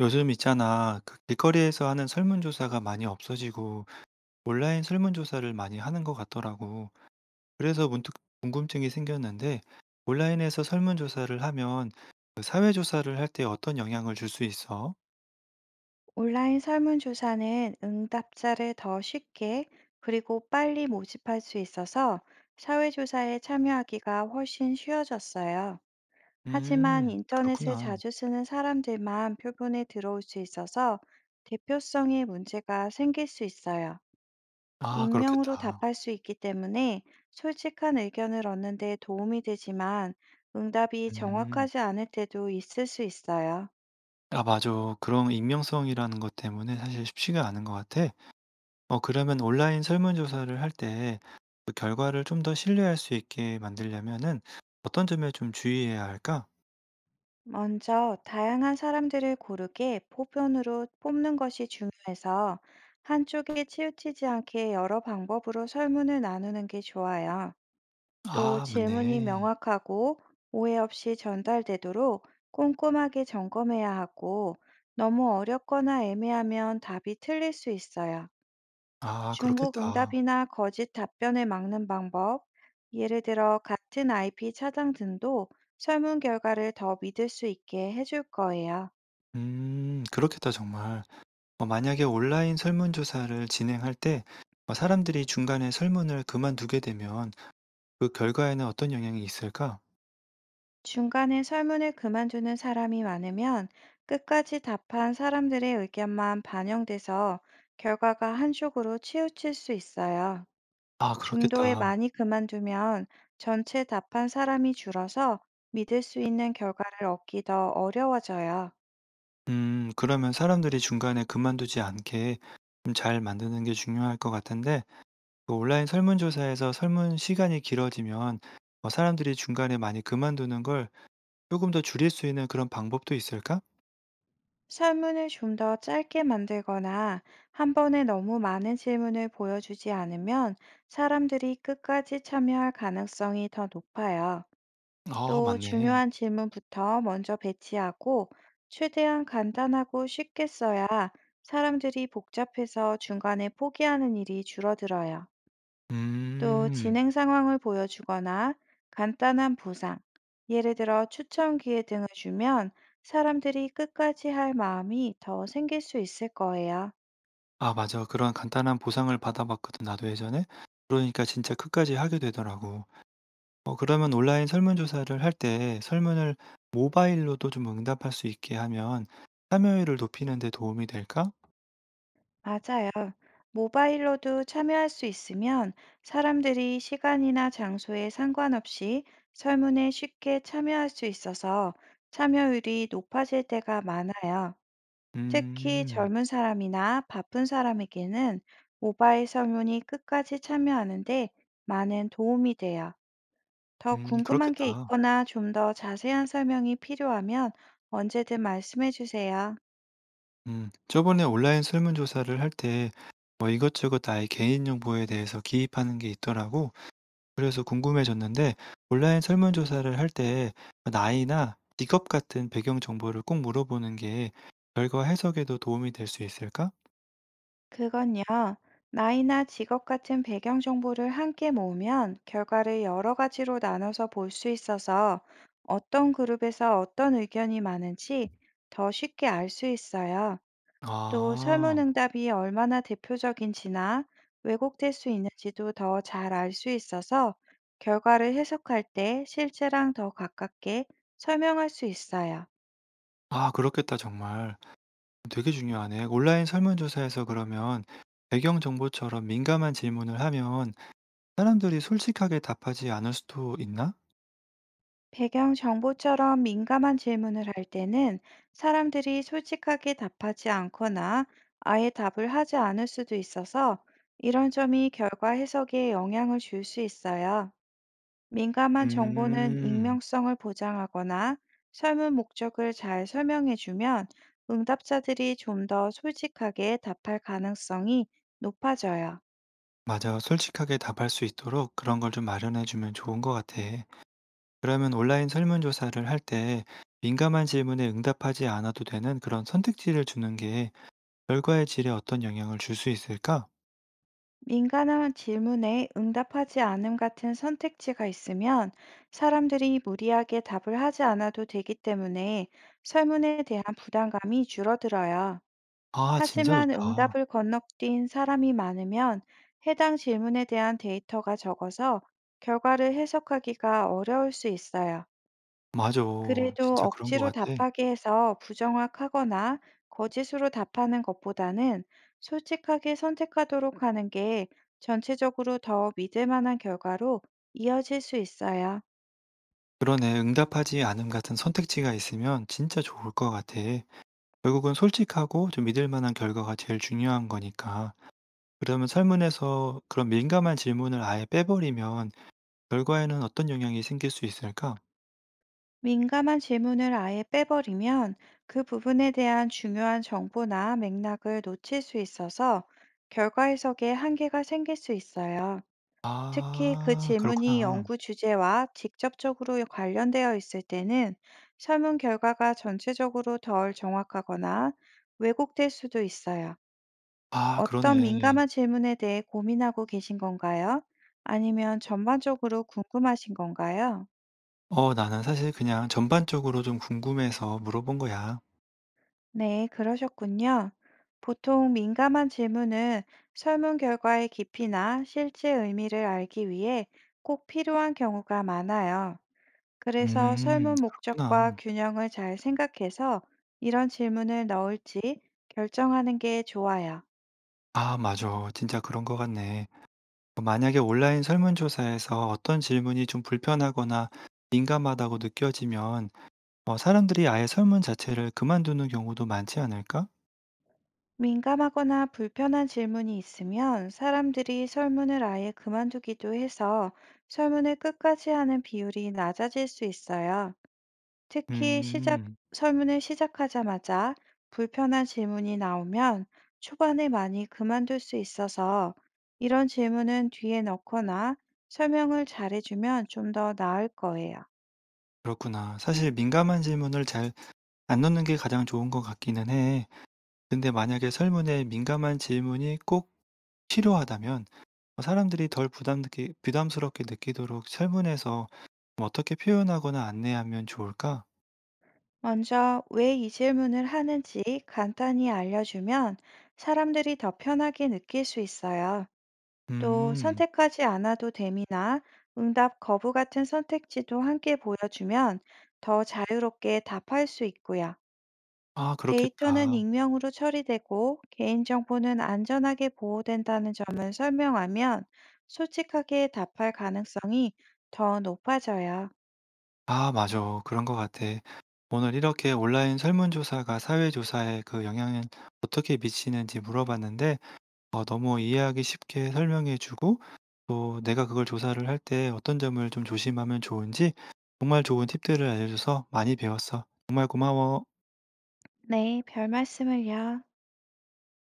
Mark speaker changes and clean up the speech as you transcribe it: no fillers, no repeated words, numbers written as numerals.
Speaker 1: 요즘 있잖아. 그 길거리에서 하는 설문조사가 많이 없어지고 온라인 설문조사를 많이 하는 것 같더라고. 그래서 문득 궁금증이 생겼는데 온라인에서 설문조사를 하면 그 사회조사를 할 때 어떤 영향을 줄 수 있어?
Speaker 2: 온라인 설문조사는 응답자를 더 쉽게 그리고 빨리 모집할 수 있어서 사회조사에 참여하기가 훨씬 쉬워졌어요. 하지만 인터넷을
Speaker 1: 그렇구나.
Speaker 2: 자주 쓰는 사람들만 표본에 들어올 수 있어서 대표성의 문제가 생길 수 있어요.
Speaker 1: 아,
Speaker 2: 익명으로
Speaker 1: 그렇겠다.
Speaker 2: 답할 수 있기 때문에 솔직한 의견을 얻는 데 도움이 되지만 응답이
Speaker 1: 음.
Speaker 2: 정확하지 않을 때도 있을 수 있어요.
Speaker 1: 아, 맞아. 그런 익명성이라는 것 때문에 사실 쉽지가 않은 것 같아. 그러면 온라인 설문조사를 할 때 그 결과를 좀 더 신뢰할 수 있게 만들려면은 어떤 점에 좀 주의해야 할까?
Speaker 2: 먼저 다양한 사람들을 고르게 포편으로 뽑는 것이 중요해서 한쪽에 치우치지 않게 여러 방법으로 설문을 나누는 게 좋아요. 또
Speaker 1: 아,
Speaker 2: 질문이
Speaker 1: 맞네.
Speaker 2: 명확하고 오해 없이 전달되도록 꼼꼼하게 점검해야 하고, 너무 어렵거나 애매하면 답이 틀릴 수 있어요.
Speaker 1: 아, 그렇겠다.
Speaker 2: 중복응답이나 거짓 답변을 막는 방법, 예를 들어 같은 IP 차장 등도 설문 결과를 더 믿을 수 있게 해줄 거예요.
Speaker 1: 음, 그렇겠다 정말. 만약에 온라인 설문조사를 진행할 때 사람들이 중간에 설문을 그만두게 되면 그 결과에는 어떤 영향이 있을까?
Speaker 2: 중간에 설문을 그만두는 사람이 많으면 끝까지 답한 사람들의 의견만 반영돼서 결과가 한쪽으로 치우칠 수 있어요.
Speaker 1: 아,
Speaker 2: 중도에
Speaker 1: 그렇겠다.
Speaker 2: 많이 그만두면 전체 답한 사람이 줄어서 믿을 수 있는 결과를 얻기 더 어려워져요.
Speaker 1: 음, 그러면 사람들이 중간에 그만두지 않게 좀 잘 만드는 게 중요할 것 같은데 그 온라인 설문조사에서 설문 시간이 길어지면 사람들이 중간에 많이 그만두는 걸 조금 더 줄일 수 있는 그런 방법도 있을까?
Speaker 2: 설문을 좀 더 짧게 만들거나 한 번에 너무 많은 질문을 보여주지 않으면 사람들이 끝까지 참여할 가능성이 더 높아요.
Speaker 1: 아,
Speaker 2: 또
Speaker 1: 맞네.
Speaker 2: 중요한 질문부터 먼저 배치하고 최대한 간단하고 쉽게 써야 사람들이 복잡해서 중간에 포기하는 일이 줄어들어요. 또
Speaker 1: 음.
Speaker 2: 진행 상황을 보여주거나 간단한 보상, 예를 들어 추천 기회 등을 주면 사람들이 끝까지 할 마음이 더 생길 수 있을 거예요.
Speaker 1: 아, 맞아. 그런 간단한 보상을 받아봤거든, 나도 예전에. 그러니까 진짜 끝까지 하게 되더라고. 어, 그러면 온라인 설문조사를 할 때 설문을 모바일로도 좀 응답할 수 있게 하면 참여율을 높이는 데 도움이 될까?
Speaker 2: 맞아요. 모바일로도 참여할 수 있으면 사람들이 시간이나 장소에 상관없이 설문에 쉽게 참여할 수 있어서 참여율이 높아질 때가 많아요. 특히
Speaker 1: 음,
Speaker 2: 젊은 사람이나 바쁜 사람에게는 모바일 설문이 끝까지 참여하는데 많은 도움이 돼요. 더 궁금한 게
Speaker 1: 그렇겠다.
Speaker 2: 있거나 좀 더 자세한 설명이 필요하면 언제든 말씀해 주세요.
Speaker 1: 저번에 온라인 설문조사를 할때 뭐 이것저것 나의 개인 정보에 대해서 기입하는 게 있더라고. 그래서 궁금해졌는데 온라인 설문조사를 할 때 나이나 직업 같은 배경 정보를 꼭 물어보는 게 결과 해석에도 도움이 될 수 있을까?
Speaker 2: 그건요, 나이나 직업 같은 배경 정보를 함께 모으면 결과를 여러 가지로 나눠서 볼 수 있어서 어떤 그룹에서 어떤 의견이 많은지 더 쉽게 알 수 있어요. 또
Speaker 1: 아,
Speaker 2: 설문응답이 얼마나 대표적인지나 왜곡될 수 있는지도 더 잘 알 수 있어서 결과를 해석할 때 실제랑 더 가깝게 설명할 수 있어요.
Speaker 1: 아, 그렇겠다, 정말. 되게 중요하네. 온라인 설문조사에서 그러면 배경 정보처럼 민감한 질문을 하면 사람들이 솔직하게 답하지 않을 수도 있나?
Speaker 2: 배경 정보처럼 민감한 질문을 할 때는 사람들이 솔직하게 답하지 않거나 아예 답을 하지 않을 수도 있어서 이런 점이 결과 해석에 영향을 줄 수 있어요. 민감한 정보는
Speaker 1: 음.
Speaker 2: 익명성을 보장하거나 설문 목적을 잘 설명해주면 응답자들이 좀 더 솔직하게 답할 가능성이 높아져요.
Speaker 1: 맞아. 솔직하게 답할 수 있도록 그런 걸 좀 마련해 주면 좋은 것 같아. 그러면 온라인 설문조사를 할 때 민감한 질문에 응답하지 않아도 되는 그런 선택지를 주는 게 결과의 질에 어떤 영향을 줄 수 있을까?
Speaker 2: 민감한 질문에 응답하지 않음 같은 선택지가 있으면 사람들이 무리하게 답을 하지 않아도 되기 때문에 설문에 대한 부담감이 줄어들어요.
Speaker 1: 아, 진짜
Speaker 2: 하지만
Speaker 1: 좋다.
Speaker 2: 응답을 건너뛴 사람이 많으면 해당 질문에 대한 데이터가 적어서 결과를 해석하기가 어려울 수 있어요.
Speaker 1: 맞아.
Speaker 2: 그래도
Speaker 1: 진짜 그런 것
Speaker 2: 억지로
Speaker 1: 같아.
Speaker 2: 답하게 해서 부정확하거나 거짓으로 답하는 것보다는 솔직하게 선택하도록 하는 게 전체적으로 더 믿을 만한 결과로 이어질 수 있어요.
Speaker 1: 그러네. 응답하지 않음 같은 선택지가 있으면 진짜 좋을 것 같아. 결국은 솔직하고 좀 믿을 만한 결과가 제일 중요한 거니까. 그러면 설문에서 그런 민감한 질문을 아예 빼버리면 결과에는 어떤 영향이 생길 수 있을까?
Speaker 2: 민감한 질문을 아예 빼버리면 그 부분에 대한 중요한 정보나 맥락을 놓칠 수 있어서 결과 해석에 한계가 생길 수 있어요. 특히 그
Speaker 1: 아,
Speaker 2: 질문이
Speaker 1: 그렇구나.
Speaker 2: 연구 주제와 직접적으로 관련되어 있을 때는 설문 결과가 전체적으로 덜 정확하거나 왜곡될 수도 있어요.
Speaker 1: 아,
Speaker 2: 어떤
Speaker 1: 그러네.
Speaker 2: 민감한 질문에 대해 고민하고 계신 건가요? 아니면 전반적으로 궁금하신 건가요?
Speaker 1: 나는 사실 그냥 전반적으로 좀 궁금해서 물어본 거야.
Speaker 2: 네, 그러셨군요. 보통 민감한 질문은 설문 결과의 깊이나 실제 의미를 알기 위해 꼭 필요한 경우가 많아요. 그래서
Speaker 1: 음,
Speaker 2: 설문 목적과
Speaker 1: 그렇구나.
Speaker 2: 균형을 잘 생각해서 이런 질문을 넣을지 결정하는 게 좋아요.
Speaker 1: 아, 맞아. 진짜 그런 것 같네. 어, 만약에 온라인 설문조사에서 어떤 질문이 좀 불편하거나 민감하다고 느껴지면 사람들이 아예 설문 자체를 그만두는 경우도 많지 않을까?
Speaker 2: 민감하거나 불편한 질문이 있으면 사람들이 설문을 아예 그만두기도 해서 설문을 끝까지 하는 비율이 낮아질 수 있어요. 특히 시작,
Speaker 1: 음,
Speaker 2: 설문을 시작하자마자 불편한 질문이 나오면 초반에 많이 그만둘 수 있어서 이런 질문은 뒤에 넣거나 설명을 잘해주면 좀 더 나을 거예요.
Speaker 1: 그렇구나. 사실 민감한 질문을 잘 안 넣는 게 가장 좋은 것 같기는 해. 근데 만약에 설문에 민감한 질문이 꼭 필요하다면 사람들이 덜 부담스럽게 느끼도록 설문에서 뭐 어떻게 표현하거나 안내하면 좋을까?
Speaker 2: 먼저 왜 이 질문을 하는지 간단히 알려주면 사람들이 더 편하게 느낄 수 있어요. 또
Speaker 1: 음.
Speaker 2: 선택하지 않아도 됨이나 응답 거부 같은 선택지도 함께 보여주면 더 자유롭게 답할 수 있고요.
Speaker 1: 아,
Speaker 2: 데이터는
Speaker 1: 그렇겠다.
Speaker 2: 익명으로 처리되고 개인정보는 안전하게 보호된다는 점을 설명하면 솔직하게 답할 가능성이 더 높아져요.
Speaker 1: 아, 맞아. 그런 것 같아. 오늘 이렇게 온라인 설문조사가 사회조사에 그 영향을 어떻게 미치는지 물어봤는데 너무 이해하기 쉽게 설명해 주고 또 내가 그걸 조사를 할 때 어떤 점을 좀 조심하면 좋은지 정말 좋은 팁들을 알려줘서 많이 배웠어. 정말 고마워.
Speaker 2: 네, 별 말씀을요.